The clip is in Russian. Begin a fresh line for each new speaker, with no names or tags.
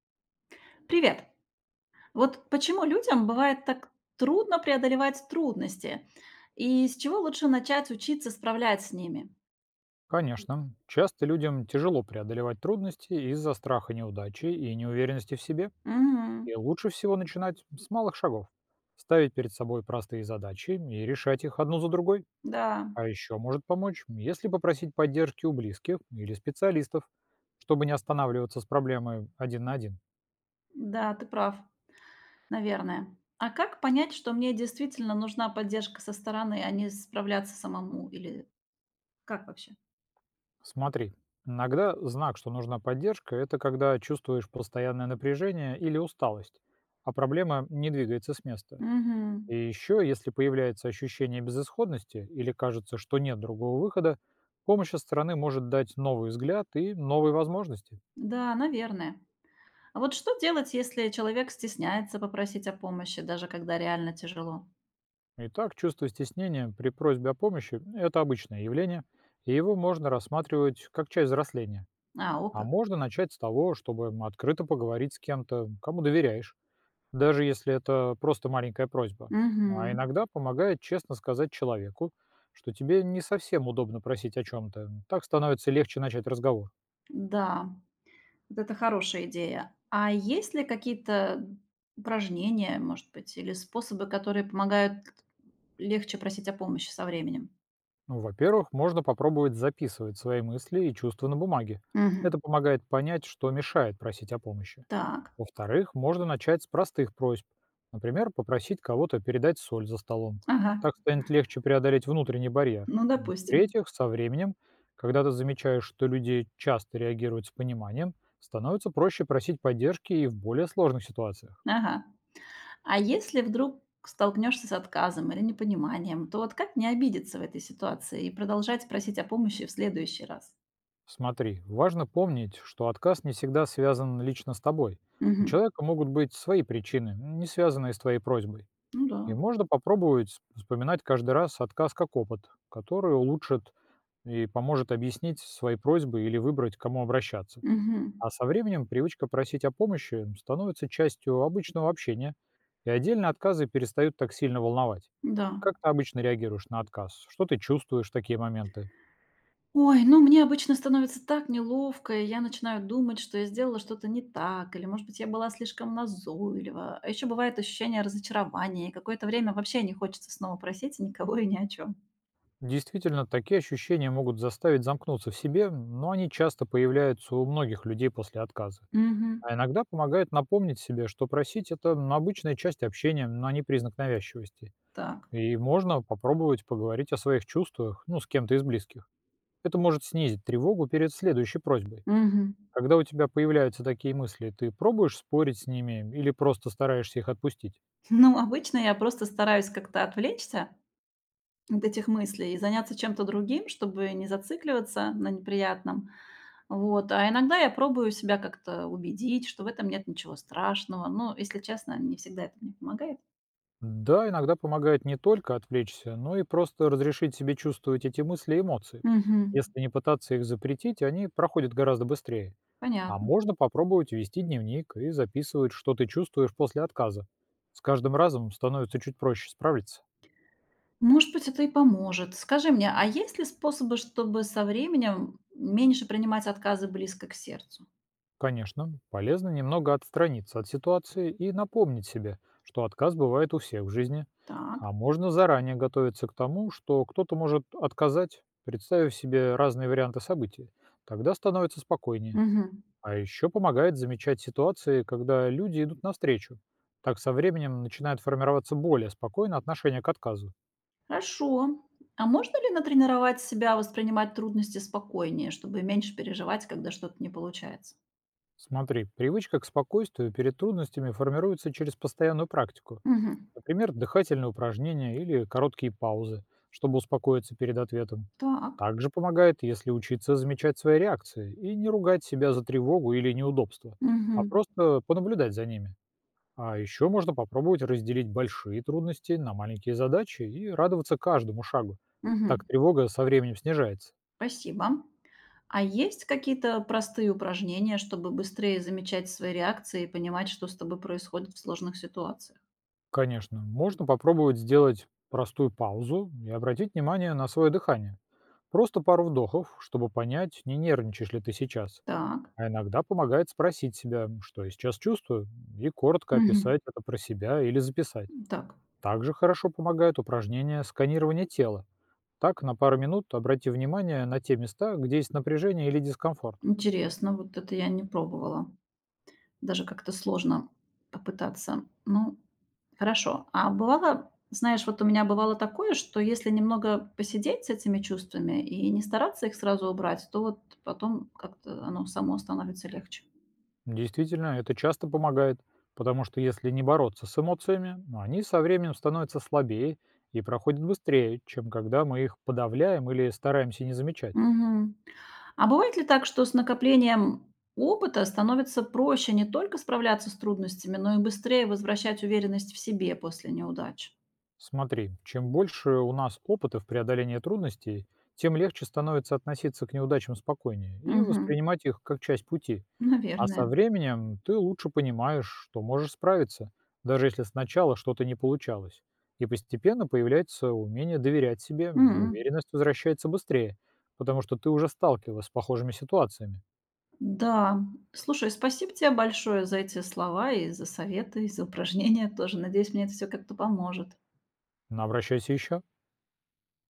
Привет. Вот почему людям бывает так трудно преодолевать трудности? И с чего лучше начать учиться справляться с ними?
Конечно, часто людям тяжело преодолевать трудности из-за страха неудачи и неуверенности в себе.
Мгм.
И лучше всего начинать с малых шагов. Ставить перед собой простые задачи и решать их одну за другой.
Да,
А еще может помочь, если попросить поддержки у близких или специалистов, чтобы не останавливаться с проблемой один на один.
да, ты прав, наверное. А как понять, что мне действительно нужна поддержка со стороны, а не справляться самому? Или как вообще?
Смотри, иногда знак, что нужна поддержка, это когда чувствуешь постоянное напряжение или усталость, а проблема не двигается с места.
Мгм.
И еще, если появляется ощущение безысходности или кажется, что нет другого выхода, помощь со стороны может дать новый взгляд и новые возможности.
Да, наверное. А вот что делать, если человек стесняется попросить о помощи, даже когда реально тяжело?
Итак, чувство стеснения при просьбе о помощи – это обычное явление, и его можно рассматривать как часть взросления.
А, о
А
как.
можно начать с того, чтобы открыто поговорить с кем-то, кому доверяешь, даже если это просто маленькая просьба. Ну, а
Мгм.
иногда помогает честно сказать человеку, что тебе не совсем удобно просить о чем-то. Так становится легче начать разговор.
Да, вот это хорошая идея. А есть ли какие-то упражнения, может быть, или способы, которые помогают легче просить о помощи со временем?
Ну, во-первых, можно попробовать записывать свои мысли и чувства на бумаге.
Мгм.
Это помогает понять, что мешает просить о помощи.
Так.
Во-вторых, можно начать с простых просьб. Например, попросить кого-то передать соль за столом.
Ага.
Так станет легче преодолеть внутренний барьер.
Ну, допустим.
В-третьих, со временем, когда ты замечаешь, что люди часто реагируют с пониманием, становится проще просить поддержки и в более сложных ситуациях.
Ага. А если вдруг столкнешься с отказом или непониманием, то вот как не обидеться в этой ситуации и продолжать просить о помощи в следующий раз?
Смотри, важно помнить, что отказ не всегда связан лично с тобой. У
Мгм.
человека могут быть свои причины, не связанные с твоей просьбой.
Ну да.
И можно попробовать вспоминать каждый раз отказ как опыт, который улучшит и поможет объяснить свои просьбы или выбрать, к кому обращаться.
Мгм.
А со временем привычка просить о помощи становится частью обычного общения, и отдельно отказы перестают так сильно волновать.
Да.
Как ты обычно реагируешь на отказ? Что ты чувствуешь в такие моменты?
Ой, ну мне обычно становится так неловко, и я начинаю думать, что я сделала что-то не так, или, может быть, я была слишком назойлива. А еще бывает ощущение разочарования, и какое-то время вообще не хочется снова просить никого и ни о чем.
Действительно, такие ощущения могут заставить замкнуться в себе, но они часто появляются у многих людей после отказа.
Угу.
А иногда помогает напомнить себе, что просить это, ну, обычная часть общения, но не признак навязчивости.
Так.
И можно попробовать поговорить о своих чувствах, ну, с кем-то из близких. Это может снизить тревогу перед следующей просьбой.
Мгм.
Когда у тебя появляются такие мысли, ты пробуешь спорить с ними или просто стараешься их отпустить?
Ну, обычно я просто стараюсь как-то отвлечься от этих мыслей и заняться чем-то другим, чтобы не зацикливаться на неприятном. Вот. А иногда я пробую себя как-то убедить, что в этом нет ничего страшного. Но, если честно, не всегда это мне помогает.
Да, иногда помогает не только отвлечься, но и просто разрешить себе чувствовать эти мысли и эмоции.
Мгм.
Если не пытаться их запретить, они проходят гораздо быстрее. А
Понятно.
можно попробовать вести дневник и записывать, что ты чувствуешь после отказа. С каждым разом становится чуть проще справиться.
Может быть, это и поможет. Скажи мне, а есть ли способы, чтобы со временем меньше принимать отказы близко к сердцу?
Конечно, полезно немного отстраниться от ситуации и напомнить себе, что отказ бывает у всех в жизни.
Так.
А можно заранее готовиться к тому, что кто-то может отказать, представив себе разные варианты событий. Тогда становится спокойнее.
Мгм.
А еще помогает замечать ситуации, когда люди идут навстречу. Так со временем начинает формироваться более спокойное отношение к отказу.
Хорошо. А можно ли натренировать себя воспринимать трудности спокойнее, чтобы меньше переживать, когда что-то не получается?
Смотри, привычка к спокойствию перед трудностями формируется через постоянную практику.
Мгм.
Например, дыхательные упражнения или короткие паузы, чтобы успокоиться перед ответом.
Так.
Также помогает, если учиться замечать свои реакции и не ругать себя за тревогу или неудобство, а
Мгм.
просто понаблюдать за ними. А еще можно попробовать разделить большие трудности на маленькие задачи и радоваться каждому шагу. Так
Мгм.
тревога со временем снижается.
Спасибо. А есть какие-то простые упражнения, чтобы быстрее замечать свои реакции и понимать, что с тобой происходит в сложных ситуациях?
Конечно, можно попробовать сделать простую паузу и обратить внимание на свое дыхание. Просто пару вдохов, чтобы понять, не нервничаешь ли ты сейчас.
Так.
А иногда помогает спросить себя, что я сейчас чувствую, и коротко
Мгм.
описать это про себя или записать.
Так.
Также хорошо помогает упражнение сканирования тела. Так, на пару минут обрати внимание на те места, где есть напряжение или дискомфорт.
Интересно, вот это я не пробовала. Даже как-то сложно попытаться. Ну, хорошо. А бывало, знаешь, вот у меня бывало такое, что если немного посидеть с этими чувствами и не стараться их сразу убрать, то вот потом как-то оно само становится легче.
Действительно, это часто помогает, потому что если не бороться с эмоциями, ну, они со временем становятся слабее и проходят быстрее, чем когда мы их подавляем или стараемся не замечать.
Мгм. А бывает ли так, что с накоплением опыта становится проще не только справляться с трудностями, но и быстрее возвращать уверенность в себе после неудач?
Смотри, чем больше у нас опыта в преодолении трудностей, тем легче становится относиться к неудачам спокойнее и
Мгм.
воспринимать их как часть пути. А со
Наверное.
временем ты лучше понимаешь, что можешь справиться, даже если сначала что-то не получалось. И постепенно появляется умение доверять себе, и
М.
уверенность возвращается быстрее, потому что ты уже сталкивалась с похожими ситуациями.
Да, слушай, спасибо тебе большое за эти слова и за советы, и за упражнения тоже. Надеюсь, мне это все как-то поможет.
Но обращайся еще.